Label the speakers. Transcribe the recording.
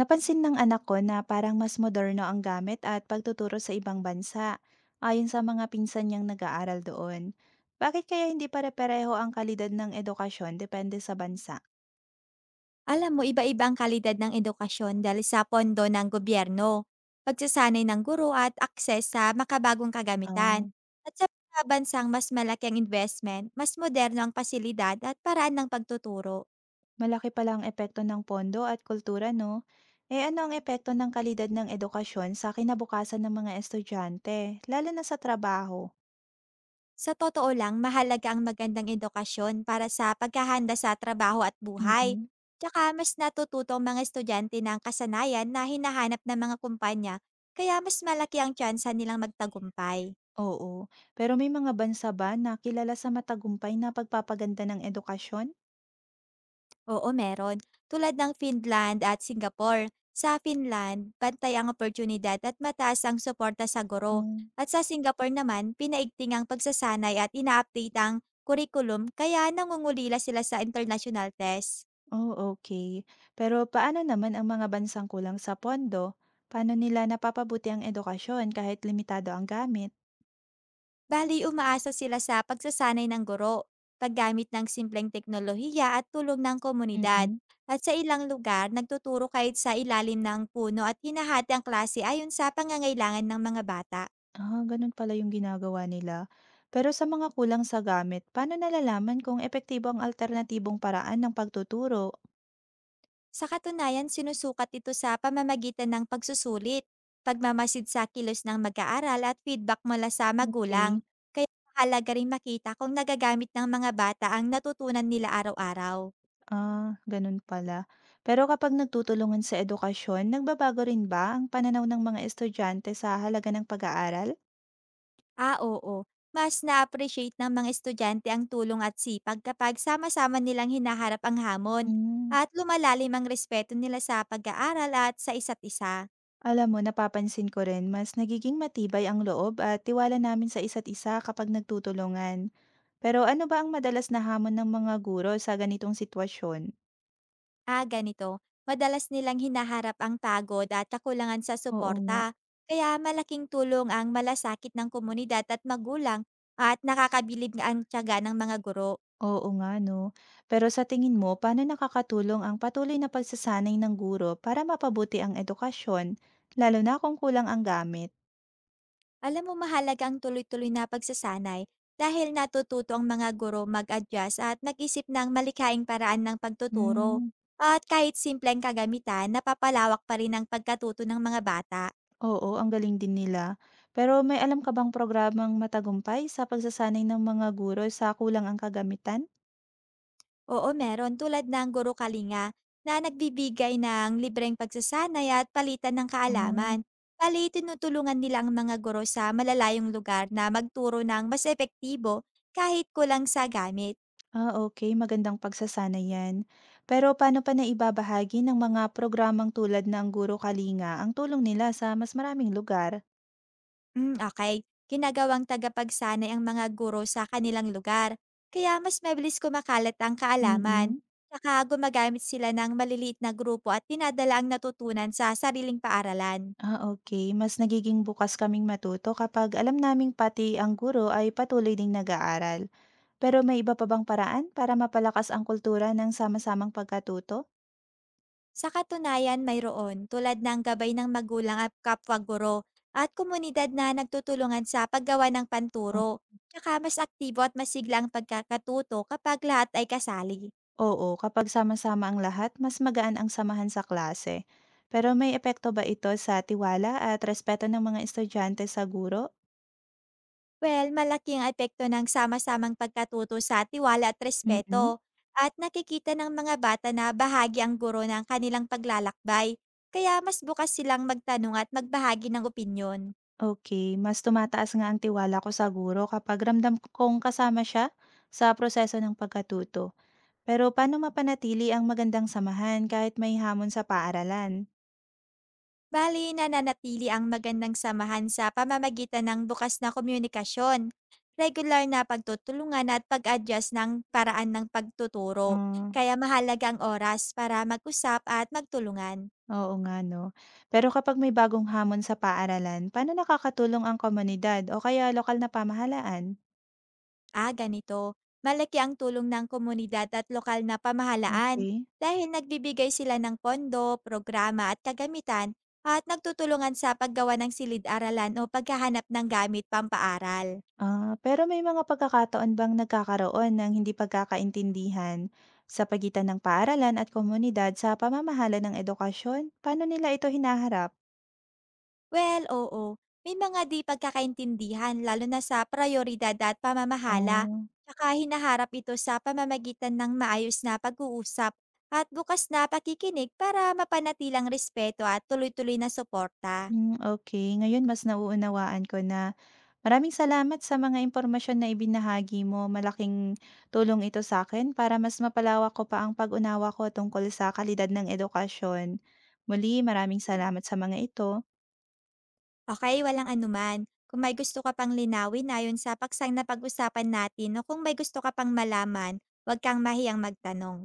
Speaker 1: Napansin ng anak ko na parang mas moderno ang gamit at pagtuturo sa ibang bansa, ayon sa mga pinsan niyang nag-aaral doon. Bakit kaya hindi pare-pareho ang kalidad ng edukasyon depende sa bansa?
Speaker 2: Alam mo, iba-iba ang kalidad ng edukasyon dahil sa pondo ng gobyerno, pagsasanay ng guro at akses sa makabagong kagamitan.
Speaker 1: Ang
Speaker 2: At sa mga bansang mas malaki ang investment, mas moderno ang pasilidad at paraan ng pagtuturo.
Speaker 1: Malaki pala ang epekto ng pondo at kultura, no? Eh ano ang epekto ng kalidad ng edukasyon sa kinabukasan ng mga estudyante, lalo na sa trabaho?
Speaker 2: Sa totoo lang, mahalaga ang magandang edukasyon para sa pagkahanda sa trabaho at buhay.
Speaker 1: Mm-mm.
Speaker 2: Tsaka mas natututo ang mga estudyante ng kasanayan na hinahanap ng mga kumpanya, kaya mas malaki ang tsansa nilang magtagumpay.
Speaker 1: Oo. Pero may mga bansa ba na kilala sa matagumpay na pagpapaganda ng edukasyon?
Speaker 2: Oo, meron. Tulad ng Finland at Singapore. Sa Finland, pantay ang oportunidad at mataas ang suporta sa guro. At sa Singapore naman, pinaigting ang pagsasanay at ina-update ang curriculum kaya nangungulila sila sa international test.
Speaker 1: Oh, okay. Pero paano naman ang mga bansang kulang sa pondo? Paano nila napapabuti ang edukasyon kahit limitado ang gamit?
Speaker 2: Bali, umaasa sila sa pagsasanay ng guro, paggamit ng simpleng teknolohiya at tulong ng komunidad.
Speaker 1: Mm.
Speaker 2: At sa ilang lugar, nagtuturo kahit sa ilalim ng puno at hinahati ang klase ayon sa pangangailangan ng mga bata.
Speaker 1: Ah, ganun pala yung ginagawa nila. Pero sa mga kulang sa gamit, paano nalalaman kung epektibo ang alternatibong paraan ng pagtuturo?
Speaker 2: Sa katunayan, sinusukat ito sa pamamagitan ng pagsusulit, pagmamasid sa kilos ng mag-aaral at feedback mula sa
Speaker 1: Okay.
Speaker 2: magulang. Kaya mahalaga rin makita kung nagagamit ng mga bata ang natutunan nila araw-araw.
Speaker 1: Ah, ganun pala. Pero kapag nagtutulungan sa edukasyon, nagbabago rin ba ang pananaw ng mga estudyante sa halaga ng pag-aaral?
Speaker 2: Ah, oo. Mas na-appreciate ng mga estudyante ang tulong at sipag kapag sama-sama nilang hinaharap ang hamon
Speaker 1: Hmm.
Speaker 2: at lumalalim ang respeto nila sa pag-aaral at sa isa't isa.
Speaker 1: Alam mo, napapansin ko rin, mas nagiging matibay ang loob at tiwala namin sa isa't isa kapag nagtutulungan. Pero ano ba ang madalas na hamon ng mga guro sa ganitong sitwasyon?
Speaker 2: Ah, ganito. Madalas nilang hinaharap ang pagod at kakulangan sa
Speaker 1: Oo nga.
Speaker 2: suporta. Kaya malaking tulong ang malasakit ng komunidad at magulang at nakakabilib nga ang tiyaga ng mga guro.
Speaker 1: Oo nga, no. Pero sa tingin mo, paano nakakatulong ang patuloy na pagsasanay ng guro para mapabuti ang edukasyon, lalo na kung kulang ang gamit?
Speaker 2: Alam mo, mahalaga ang tuloy-tuloy na pagsasanay dahil natututo ang mga guro mag-adjust at nag-isip ng malikhaing paraan ng pagtuturo.
Speaker 1: Hmm,
Speaker 2: At kahit simpleng kagamitan, napapalawak pa rin ang pagkatuto ng mga bata.
Speaker 1: oo, ang galing din nila. Pero may alam ka bang programang matagumpay sa pagsasanay ng mga guro sa kulang ang kagamitan?
Speaker 2: Oo, meron. Tulad ng Guro Kalinga na nagbibigay ng libreng pagsasanay at palitan ng
Speaker 1: Oo.
Speaker 2: kaalaman. Bali, tinutulungan nila ang mga guro sa malalayong lugar na magturo ng mas epektibo kahit kulang sa gamit.
Speaker 1: Ah, okay, magandang pagsasanay 'yan. Pero paano pa naibabahagi ng mga programang tulad ng Guro Kalinga ang tulong nila sa mas maraming lugar?
Speaker 2: Okay, ginagawang tagapagsanay ang mga guro sa kanilang lugar, kaya mas mabilis kumakalat ang kaalaman.
Speaker 1: Mm.
Speaker 2: Saka gumagamit sila ng maliliit na grupo at tinadala ang natutunan sa sariling paaralan.
Speaker 1: Ah, okay, mas nagiging bukas kaming matuto kapag alam naming pati ang guro ay patuloy ding nag-aaral. Pero may iba pa bang paraan para mapalakas ang kultura ng sama-samang pagkatuto?
Speaker 2: Sa katunayan, mayroon tulad ng gabay ng magulang at kapwa guro at komunidad na nagtutulungan sa paggawa ng panturo. Tsaka mas aktibo at masigla ang pagkakatuto kapag lahat ay kasali.
Speaker 1: O oo, kapag sama-sama ang lahat, mas magaan ang samahan sa klase. Pero may epekto ba ito sa tiwala at respeto ng mga estudyante sa guro?
Speaker 2: Well, malaki ang epekto ng sama-samang pagkatuto sa tiwala at
Speaker 1: Mm,
Speaker 2: respeto. At nakikita ng mga bata na bahagi ang guro ng kanilang paglalakbay. Kaya mas bukas silang magtanong at magbahagi ng opinyon.
Speaker 1: okay. Mas tumataas nga ang tiwala ko sa guro kapag kong kasama siya sa proseso ng pagkatuto. Pero paano mapanatili ang magandang samahan kahit may hamon sa paaralan?
Speaker 2: Bali, nananatili ang magandang samahan sa pamamagitan ng bukas na komunikasyon, regular na pagtutulungan at pag-adjust ng paraan ng pagtuturo.
Speaker 1: Ah,
Speaker 2: Kaya mahalaga ang oras para mag-usap at magtulungan.
Speaker 1: oo nga 'no. Pero kapag may bagong hamon sa paaralan, paano nakakatulong ang komunidad o kaya lokal na pamahalaan?
Speaker 2: Ah, ganito. Malaki ang tulong ng komunidad at lokal na pamahalaan
Speaker 1: Okay.
Speaker 2: dahil nagbibigay sila ng pondo, programa at kagamitan at nagtutulungan sa paggawa ng silid-aralan o paghahanap ng gamit pampaaral.
Speaker 1: Ah, pero may mga pagkakataon bang nagkakaroon ng hindi pagkakaintindihan sa pagitan ng paaralan at komunidad sa pamamahala ng edukasyon? Paano nila ito hinaharap?
Speaker 2: Well, oo. May mga di pagkakaintindihan lalo na sa prayoridad at pamamahala.
Speaker 1: Oh,
Speaker 2: Tsaka hinaharap ito sa pamamagitan ng maayos na pag-uusap at bukas na pakikinig para mapanatilang respeto at tuloy-tuloy na suporta.
Speaker 1: hmm, okey. Ngayon mas nauunawaan ko na. Maraming salamat sa mga impormasyon na ibinahagi mo. Malaking tulong ito sa akin para mas mapalawak ko pa ang pag-unawa ko tungkol sa kalidad ng edukasyon. Muli, maraming salamat sa mga ito.
Speaker 2: Okay, walang anuman. Kung may gusto ka pang linawin ayon sa paksang pag usapan natin o kung may gusto ka pang malaman, huwag kang mahiyang magtanong.